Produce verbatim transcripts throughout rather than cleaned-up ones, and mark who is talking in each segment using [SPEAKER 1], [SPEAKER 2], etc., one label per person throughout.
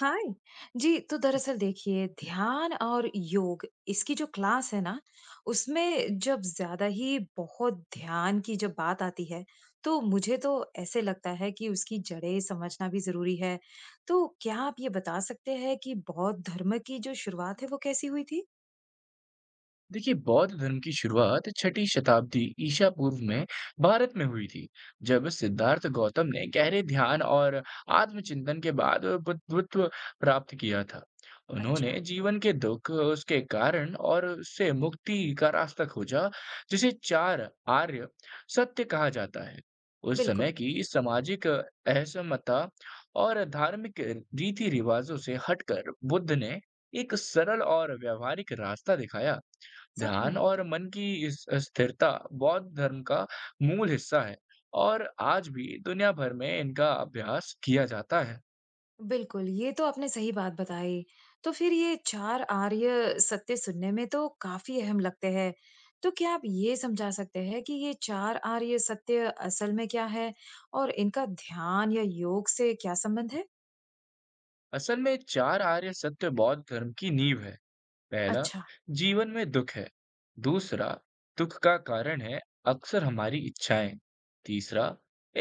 [SPEAKER 1] हाय जी। तो दरअसल देखिए, ध्यान और योग इसकी जो क्लास है ना, उसमें जब ज्यादा ही बहुत ध्यान की जब बात आती है तो मुझे तो ऐसे लगता है कि उसकी जड़ें समझना भी जरूरी है। तो क्या आप ये बता सकते हैं कि बौद्ध धर्म की जो शुरुआत है वो कैसी हुई थी?
[SPEAKER 2] देखिए, बौद्ध धर्म की शुरुआत छठी शताब्दी ईसा पूर्व में भारत में हुई थी। जब सिद्धार्थ गौतम ने गहरे ध्यान और आत्मचिंतन के बाद बुद्धत्व प्राप्त किया था, उन्होंने
[SPEAKER 1] अच्छा।
[SPEAKER 2] जीवन के दुख, उसके कारण और उससे मुक्ति का रास्ता खोजा, जिसे चार आर्य सत्य कहा जाता है। उस समय
[SPEAKER 1] बिल्कुल।
[SPEAKER 2] की सामाजिक असमता और धार्मिक रीति रिवाजों से हटकर बुद्ध ने एक सरल और व्यवहारिक रास्ता दिखाया।
[SPEAKER 1] सच
[SPEAKER 2] ध्यान
[SPEAKER 1] में।
[SPEAKER 2] और मन की इस स्थिरता बौद्ध धर्म का मूल हिस्सा है, और आज भी दुनिया भर में इनका अभ्यास किया जाता है।
[SPEAKER 1] बिल्कुल, ये तो आपने सही बात बताई। तो फिर ये चार आर्य सत्य सुनने में तो काफ़ी अहम लगते हैं। तो क्या आप ये समझा सकते हैं कि ये चार आर्य सत्य असल में क्या है और इनका ध्यान या योग से क्या संबंध है?
[SPEAKER 2] असल में चार आर्य सत्य बौद्ध धर्म की नींव है। पहला,
[SPEAKER 1] अच्छा।
[SPEAKER 2] जीवन में दुख है। दूसरा, दुख का कारण है, अक्सर हमारी इच्छाएं। तीसरा,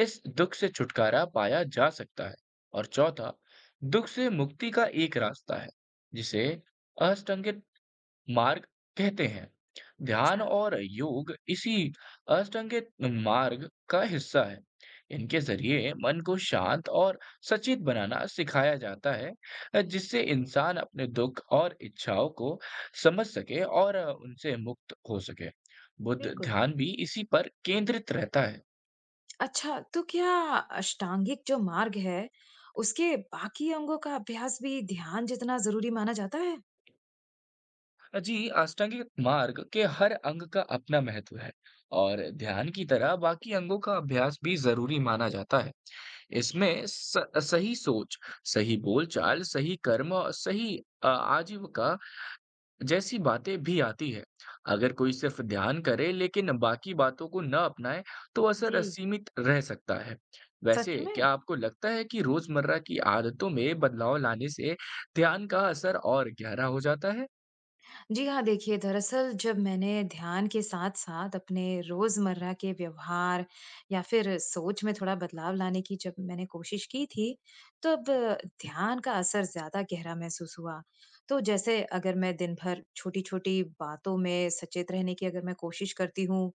[SPEAKER 2] इस दुख से छुटकारा पाया जा सकता है। और चौथा, दुख से मुक्ति का एक रास्ता है, जिसे अष्टांगिक मार्ग कहते हैं। ध्यान
[SPEAKER 1] अच्छा।
[SPEAKER 2] और योग इसी अष्टांगिक मार्ग का हिस्सा है। इनके जरिए मन को शांत और सचेत बनाना सिखाया जाता है, जिससे इंसान अपने दुख और इच्छाओं को समझ सके और उनसे मुक्त हो सके। बुद्ध
[SPEAKER 1] बिल्कुल।
[SPEAKER 2] ध्यान भी इसी पर केंद्रित रहता है।
[SPEAKER 1] अच्छा, तो क्या अष्टांगिक जो मार्ग है, उसके बाकी अंगों का अभ्यास भी ध्यान जितना ज़रूरी माना जाता है?
[SPEAKER 2] जी, अष्टांगिक मार्ग के हर अंग का अपना महत्व है, और ध्यान की तरह बाकी अंगों का अभ्यास भी जरूरी माना जाता है।
[SPEAKER 1] अच्छा।
[SPEAKER 2] इसमें स- सही सोच, सही बोलचाल, सही कर्म और सही अ, आजीविका जैसी बातें भी आती है। अगर कोई सिर्फ ध्यान करे लेकिन बाकी बातों को न अपनाए, तो असर
[SPEAKER 1] जी।
[SPEAKER 2] असीमित रह सकता है।
[SPEAKER 1] सच
[SPEAKER 2] वैसे
[SPEAKER 1] में?
[SPEAKER 2] क्या आपको लगता है कि रोजमर्रा की आदतों में बदलाव लाने से ध्यान का असर और गहरा हो जाता है?
[SPEAKER 1] जी हाँ, देखिए दरअसल जब मैंने ध्यान के साथ-साथ अपने रोज़मर्रा के व्यवहार या फिर सोच में थोड़ा बदलाव लाने की जब मैंने कोशिश की थी, तब ध्यान का असर ज़्यादा गहरा महसूस हुआ। तो जैसे अगर मैं दिन भर छोटी-छोटी बातों में सचेत रहने की अगर मैं कोशिश करती हूँ,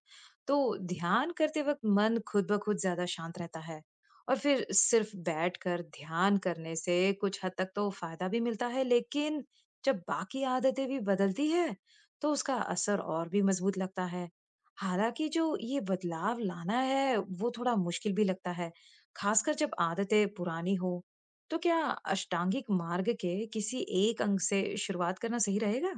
[SPEAKER 1] तो ध्यान करते वक़्त मन खुद ब खुद ज़्यादा शांत रहता है। और फिर सिर्फ़ बैठकर ध्यान करने से कुछ हद तक तो फ़ायदा भी मिलता है, लेकिन जब बाकी आदतें भी बदलती है तो उसका असर और भी मजबूत लगता है। हालांकि जो ये बदलाव लाना है वो थोड़ा मुश्किल भी लगता है, खासकर जब आदतें पुरानी हो। तो क्या अष्टांगिक मार्ग के किसी एक अंग से शुरुआत करना सही रहेगा?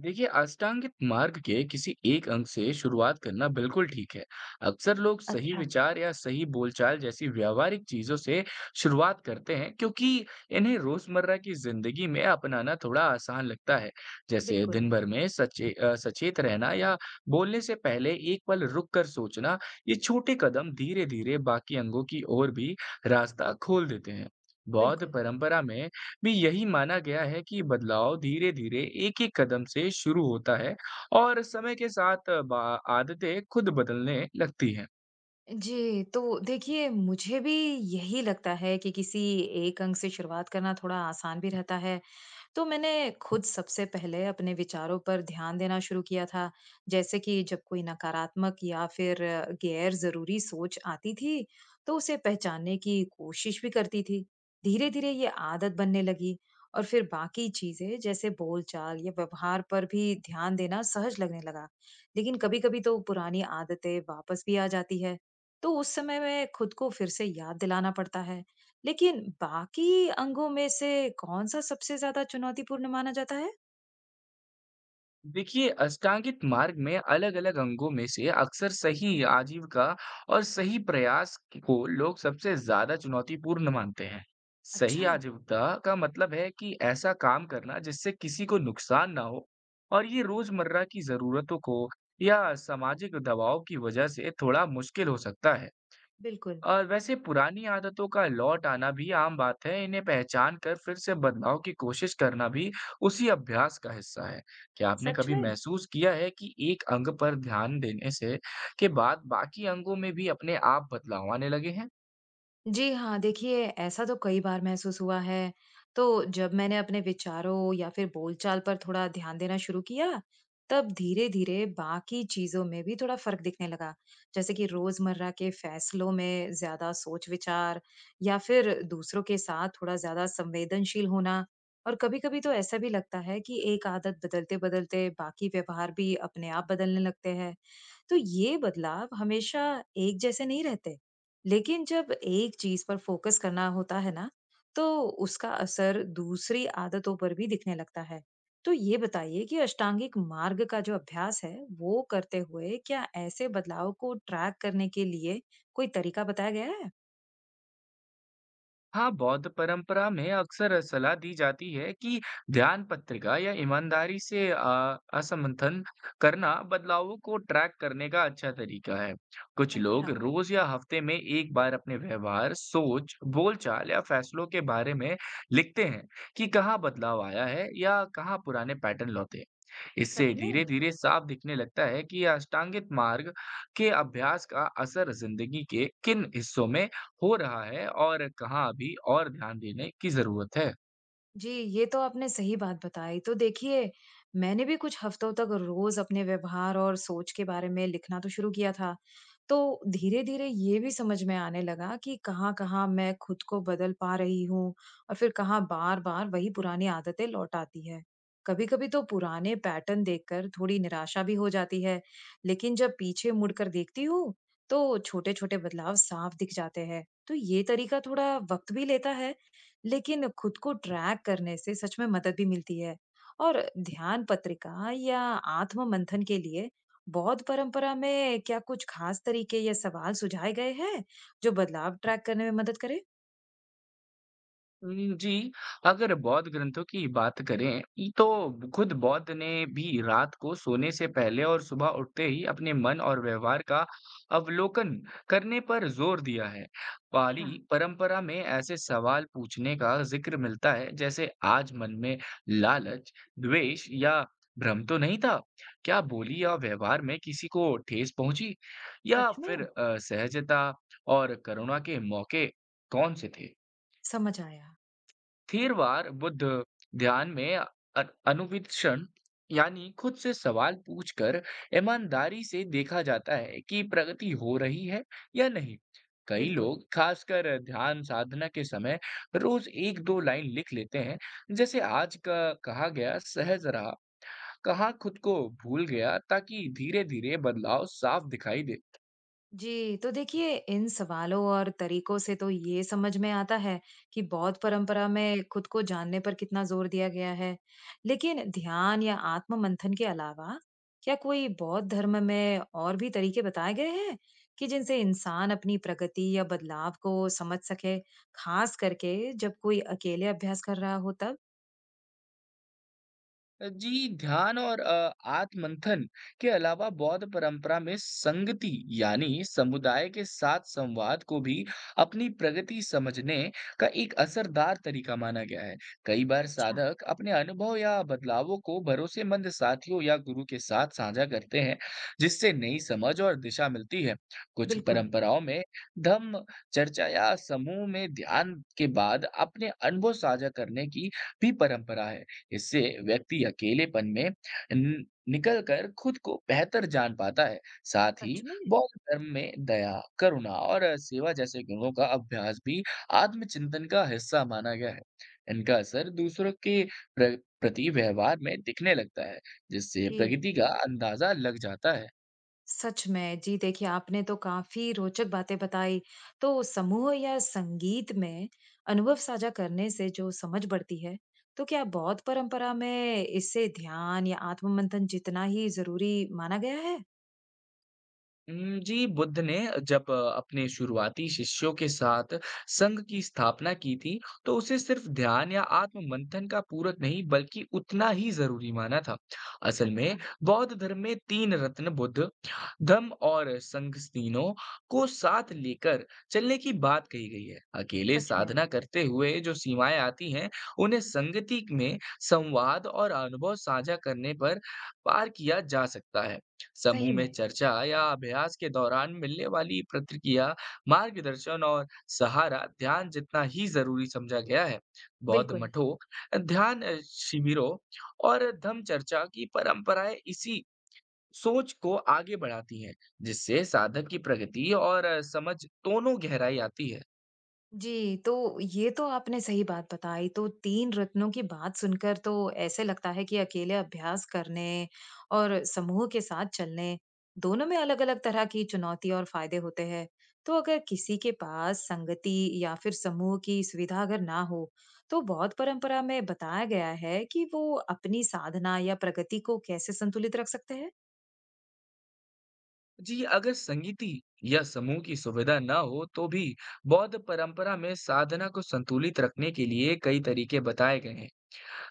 [SPEAKER 2] देखिए, अष्टांगित मार्ग के किसी एक अंग से शुरुआत करना बिल्कुल ठीक है। अक्सर लोग सही
[SPEAKER 1] अच्छा।
[SPEAKER 2] विचार या सही बोलचाल जैसी व्यावहारिक चीजों से शुरुआत करते हैं, क्योंकि इन्हें रोजमर्रा की जिंदगी में अपनाना थोड़ा आसान लगता है। जैसे
[SPEAKER 1] बिल्कुल।
[SPEAKER 2] दिन भर में सचे अ, सचेत रहना, या बोलने से पहले एक पल रुक कर सोचना। ये छोटे कदम धीरे धीरे बाकी अंगों की ओर भी रास्ता खोल देते हैं। बौद्ध
[SPEAKER 1] बिल्कुल।
[SPEAKER 2] परंपरा में भी यही माना गया है कि बदलाव धीरे-धीरे एक-एक कदम से शुरू होता है, और समय के साथ बा आदतें खुद बदलने लगती हैं।
[SPEAKER 1] जी तो देखिए, मुझे भी यही लगता है कि किसी एक अंग से शुरुआत करना थोड़ा आसान भी रहता है। तो मैंने खुद सबसे पहले अपने विचारों पर ध्यान देना शुरू किया था। जैसे कि जब कोई नकारात्मक या फिर गैर जरूरी सोच आती थी, तो उसे पहचानने की कोशिश भी करती थी। धीरे धीरे ये आदत बनने लगी और फिर बाकी चीजें जैसे बोलचाल या व्यवहार पर भी ध्यान देना सहज लगने लगा। लेकिन कभी कभी तो पुरानी आदतें वापस भी आ जाती है, तो उस समय में खुद को फिर से याद दिलाना पड़ता है। लेकिन बाकी अंगों में से कौन-सा सबसे ज़्यादा चुनौतीपूर्ण माना जाता है?
[SPEAKER 2] देखिए, अष्टांगित मार्ग में अलग-अलग अंगों में से अक्सर सही आजीविका और सही प्रयास को लोग सबसे ज़्यादा चुनौतीपूर्ण मानते हैं। सही
[SPEAKER 1] अच्छा।
[SPEAKER 2] आजीविका का मतलब है कि ऐसा काम करना जिससे किसी को नुकसान ना हो, और ये रोज़मर्रा की ज़रूरतों को या सामाजिक दबाव की वजह से थोड़ा मुश्किल हो सकता है।
[SPEAKER 1] बिल्कुल।
[SPEAKER 2] और वैसे पुरानी आदतों का लौट आना भी आम बात है। इन्हें पहचान कर फिर से बदलाव की कोशिश करना भी उसी अभ्यास का हिस्सा है। क्या आपने
[SPEAKER 1] सच
[SPEAKER 2] कभी
[SPEAKER 1] में?
[SPEAKER 2] महसूस किया है कि एक अंग पर ध्यान देने से के बाद बाकी अंगों में भी अपने आप बदलाव आने लगे हैं?
[SPEAKER 1] जी हाँ, देखिए ऐसा तो कई बार महसूस हुआ है। तो जब मैंने अपने विचारों या फिर बोलचाल पर थोड़ा ध्यान देना शुरू किया, तब धीरे-धीरे बाकी चीज़ों में भी थोड़ा फ़र्क दिखने लगा। जैसे कि रोज़मर्रा के फ़ैसलों में ज़्यादा सोच-विचार या फिर दूसरों के साथ थोड़ा ज़्यादा संवेदनशील होना। और कभी-कभी तो ऐसा भी लगता है कि एक आदत बदलते-बदलते बाकी व्यवहार भी अपने आप बदलने लगते हैं। तो ये बदलाव हमेशा एक जैसे नहीं रहते। लेकिन जब एक चीज पर फोकस करना होता है ना, तो उसका असर दूसरी आदतों पर भी दिखने लगता है। तो ये बताइए कि अष्टांगिक मार्ग का जो अभ्यास है, वो करते हुए क्या ऐसे बदलाव को ट्रैक करने के लिए कोई तरीका बताया गया है?
[SPEAKER 2] हाँ, बौद्ध परंपरा में अक्सर सलाह दी जाती है कि ध्यान पत्रिका या ईमानदारी से अ, असमंथन करना बदलावों को ट्रैक करने का अच्छा तरीका है। कुछ लोग
[SPEAKER 1] अच्छा।
[SPEAKER 2] रोज या हफ्ते में एक बार अपने व्यवहार, सोच, बोलचाल या फैसलों के बारे में लिखते हैं कि कहाँ बदलाव आया है या कहाँ पुराने पैटर्न लौटे हैं। इससे
[SPEAKER 1] सच में।
[SPEAKER 2] धीरे-धीरे साफ दिखने लगता है कि अष्टांगित मार्ग के अभ्यास का असर जिंदगी के किन हिस्सों में हो रहा है, और कहाँ अभी और ध्यान देने की ज़रूरत है?
[SPEAKER 1] जी, ये तो आपने सही बात बताई। तो देखिए, मैंने भी कुछ हफ्तों तक रोज़ अपने व्यवहार और सोच के बारे में लिखना तो शुरू किया था। तो धीरे-धीरे ये भी समझ में आने लगा कि कहाँ-कहाँ मैं खुद को बदल पा रही हूँ और फिर कहाँ बार-बार वही पुरानी आदतें लौट आती है। कभी-कभी तो पुराने पैटर्न देखकर थोड़ी निराशा भी हो जाती है, लेकिन जब पीछे मुड़कर देखती हूँ, तो छोटे-छोटे बदलाव साफ दिख जाते हैं। तो ये तरीका थोड़ा वक़्त भी लेता है, लेकिन खुद को ट्रैक करने से सच में मदद भी मिलती है। और ध्यान पत्रिका या आत्म मंथन के लिए बौद्ध परंपरा में क्या कुछ खास तरीके या सवाल सुझाए गए हैं जो बदलाव ट्रैक करने में मदद करे?
[SPEAKER 2] हुँ, जी, अगर बौद्ध ग्रंथों की बात करें, तो खुद बौद्ध ने भी रात को सोने से पहले और सुबह उठते ही अपने मन और व्यवहार का अवलोकन करने पर जोर दिया है। पाली
[SPEAKER 1] अच्छा।
[SPEAKER 2] परंपरा में ऐसे सवाल पूछने का ज़िक्र मिलता है, जैसे आज मन में लालच, द्वेष या भ्रम तो नहीं था? क्या बोली या व्यवहार में किसी को ठेस पहुँची? या
[SPEAKER 1] सच में।
[SPEAKER 2] फिर अ, सहजता और करुणा के मौके कौन से थे?
[SPEAKER 1] समझ आया।
[SPEAKER 2] थेरवाद बुद्ध ध्यान में अ- अनुवीक्षण, यानी खुद से सवाल पूछकर ईमानदारी से देखा जाता है कि प्रगति हो रही है या नहीं। कई
[SPEAKER 1] बिल्कुल।
[SPEAKER 2] लोग खासकर ध्यान साधना के समय रोज एक दो लाइन लिख लेते हैं, जैसे आज का कहा गया सहज रहा, कहा खुद को भूल गया, ताकि धीरे धीरे बदलाव साफ दिखाई दे।
[SPEAKER 1] जी, तो देखिए इन सवालों और तरीकों से तो ये समझ में आता है कि बौद्ध परंपरा में खुद को जानने पर कितना जोर दिया गया है। लेकिन ध्यान या आत्म मंथन के अलावा क्या कोई बौद्ध धर्म में और भी तरीके बताए गए हैं कि जिनसे इंसान अपनी प्रगति या बदलाव को समझ सके, खास करके जब कोई अकेले अभ्यास कर रहा हो तब?
[SPEAKER 2] जी, ध्यान और अ, आत्ममंथन के अलावा बौद्ध परंपरा में संगति, यानी समुदाय के साथ संवाद को भी अपनी प्रगति समझने का एक असरदार तरीका माना गया है। कई बार
[SPEAKER 1] अच्छा।
[SPEAKER 2] साधक अपने अनुभव या बदलावों को भरोसेमंद साथियों या गुरु के साथ साझा करते हैं, जिससे नई समझ और दिशा मिलती है। कुछ
[SPEAKER 1] बिल्कुल।
[SPEAKER 2] परंपराओं में धम्म चर्चा या समूह में ध्यान के बाद अपने अनुभव साझा करने की भी परंपरा है। इससे व्यक्ति अकेलेपन में न- निकल कर खुद को बेहतर जान पाता है। साथ ही
[SPEAKER 1] सच में।
[SPEAKER 2] बौद्ध धर्म में दया, करुणा और सेवा जैसे गुणों का अभ्यास भी आत्मचिंतन का हिस्सा माना गया है। इनका असर दूसरों के प्र- प्रति व्यवहार में दिखने लगता है, जिससे
[SPEAKER 1] जी।
[SPEAKER 2] प्रकृति का अंदाजा लग जाता है।
[SPEAKER 1] सच में। जी देखिए, आपने तो काफ़ी रोचक बातें बताई। तो समूह या संगीत में अनुभव साझा करने से जो समझ बढ़ती है, तो क्या बौद्ध परंपरा में इससे ध्यान या आत्ममंथन जितना ही ज़रूरी माना गया है?
[SPEAKER 2] उम, जी, बुद्ध ने जब अ, अपने शुरुआती शिष्यों के साथ संघ की स्थापना की थी, तो उसे सिर्फ ध्यान या आत्म-मंथन का पूरक नहीं, बल्कि उतना ही ज़रूरी माना था। असल में,
[SPEAKER 1] अच्छा।
[SPEAKER 2] बौद्ध धर्म में तीन रत्न, बुद्ध, धम्म और संघ, तीनों को साथ लेकर चलने की बात कही गई है। अकेले
[SPEAKER 1] सच में।
[SPEAKER 2] साधना करते हुए जो सीमाएँ आती हैं, उन्हें संगति में संवाद और अनुभव साझा करने पर पार किया जा सकता है। समूह
[SPEAKER 1] सही
[SPEAKER 2] में
[SPEAKER 1] में।
[SPEAKER 2] चर्चा या अभ्यास के दौरान मिलने वाली प्रतिक्रिया, मार्गदर्शन और सहारा ध्यान जितना ही जरूरी समझा गया है। बौद्ध
[SPEAKER 1] बिल्कुल।
[SPEAKER 2] मठों, ध्यान अ, शिविरों और धम्म चर्चा की परंपराएं इसी सोच को आगे बढ़ाती हैं, जिससे साधक की प्रगति और अ, समझ दोनों गहराई आती है।
[SPEAKER 1] जी, तो ये तो आपने सही बात बताई। तो तीन रत्नों की बात सुनकर तो ऐसे लगता है कि अकेले अभ्यास करने और समूह के साथ चलने, दोनों में अलग-अलग तरह की चुनौती और फायदे होते हैं। तो अगर किसी के पास संगति या फिर समूह की सुविधा अगर ना हो, तो बौद्ध परंपरा में बताया गया है कि वो अपनी साधना या प्रगति को कैसे संतुलित रख सकते हैं?
[SPEAKER 2] जी, अगर संगीति या समूह की सुविधा ना हो, तो भी बौद्ध परंपरा में साधना को संतुलित रखने के लिए कई तरीके बताए गए हैं।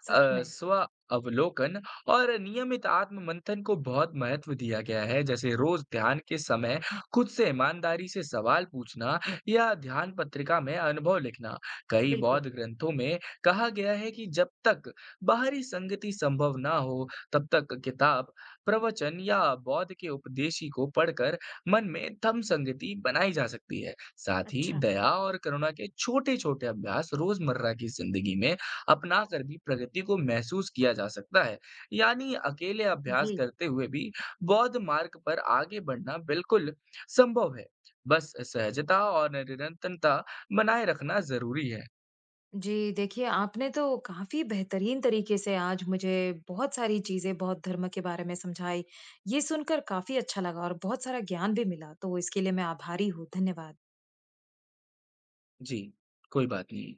[SPEAKER 1] सच
[SPEAKER 2] अ,
[SPEAKER 1] में।
[SPEAKER 2] स्व अवलोकन और नियमित आत्म मंथन को बहुत महत्व दिया गया है, जैसे रोज ध्यान के समय खुद से ईमानदारी से सवाल पूछना या ध्यान पत्रिका में अनुभव लिखना। कई बौद्ध
[SPEAKER 1] बिल्कुल।
[SPEAKER 2] ग्रंथों में कहा गया है कि जब तक बाहरी संगति संभव ना हो, तब तक किताब, प्रवचन या बौद्ध के उपदेशी को पढ़कर मन में थम संगति बनाई जा सकती है। साथ ही
[SPEAKER 1] अच्छा।
[SPEAKER 2] दया और करुणा के छोटे छोटे अभ्यास रोजमर्रा की जिंदगी में अपना कर भी प्रगति को महसूस किया जा सकता है। यानी अकेले अभ्यास
[SPEAKER 1] जी।
[SPEAKER 2] करते हुए भी बौद्ध मार्ग पर आगे बढ़ना बिल्कुल संभव है। बस सहजता और निरंतरता बनाए रखना ज़रूरी है।
[SPEAKER 1] जी, देखिए आपने तो काफ़ी बेहतरीन तरीके से आज मुझे बहुत सारी चीज़ें, बहुत धर्म के बारे में समझाई। ये सुनकर काफ़ी अच्छा लगा और बहुत सारा ज्ञान भी मिला, तो इसके लिए मैं आभारी हूँ। धन्यवाद।
[SPEAKER 2] जी, कोई बात नहीं।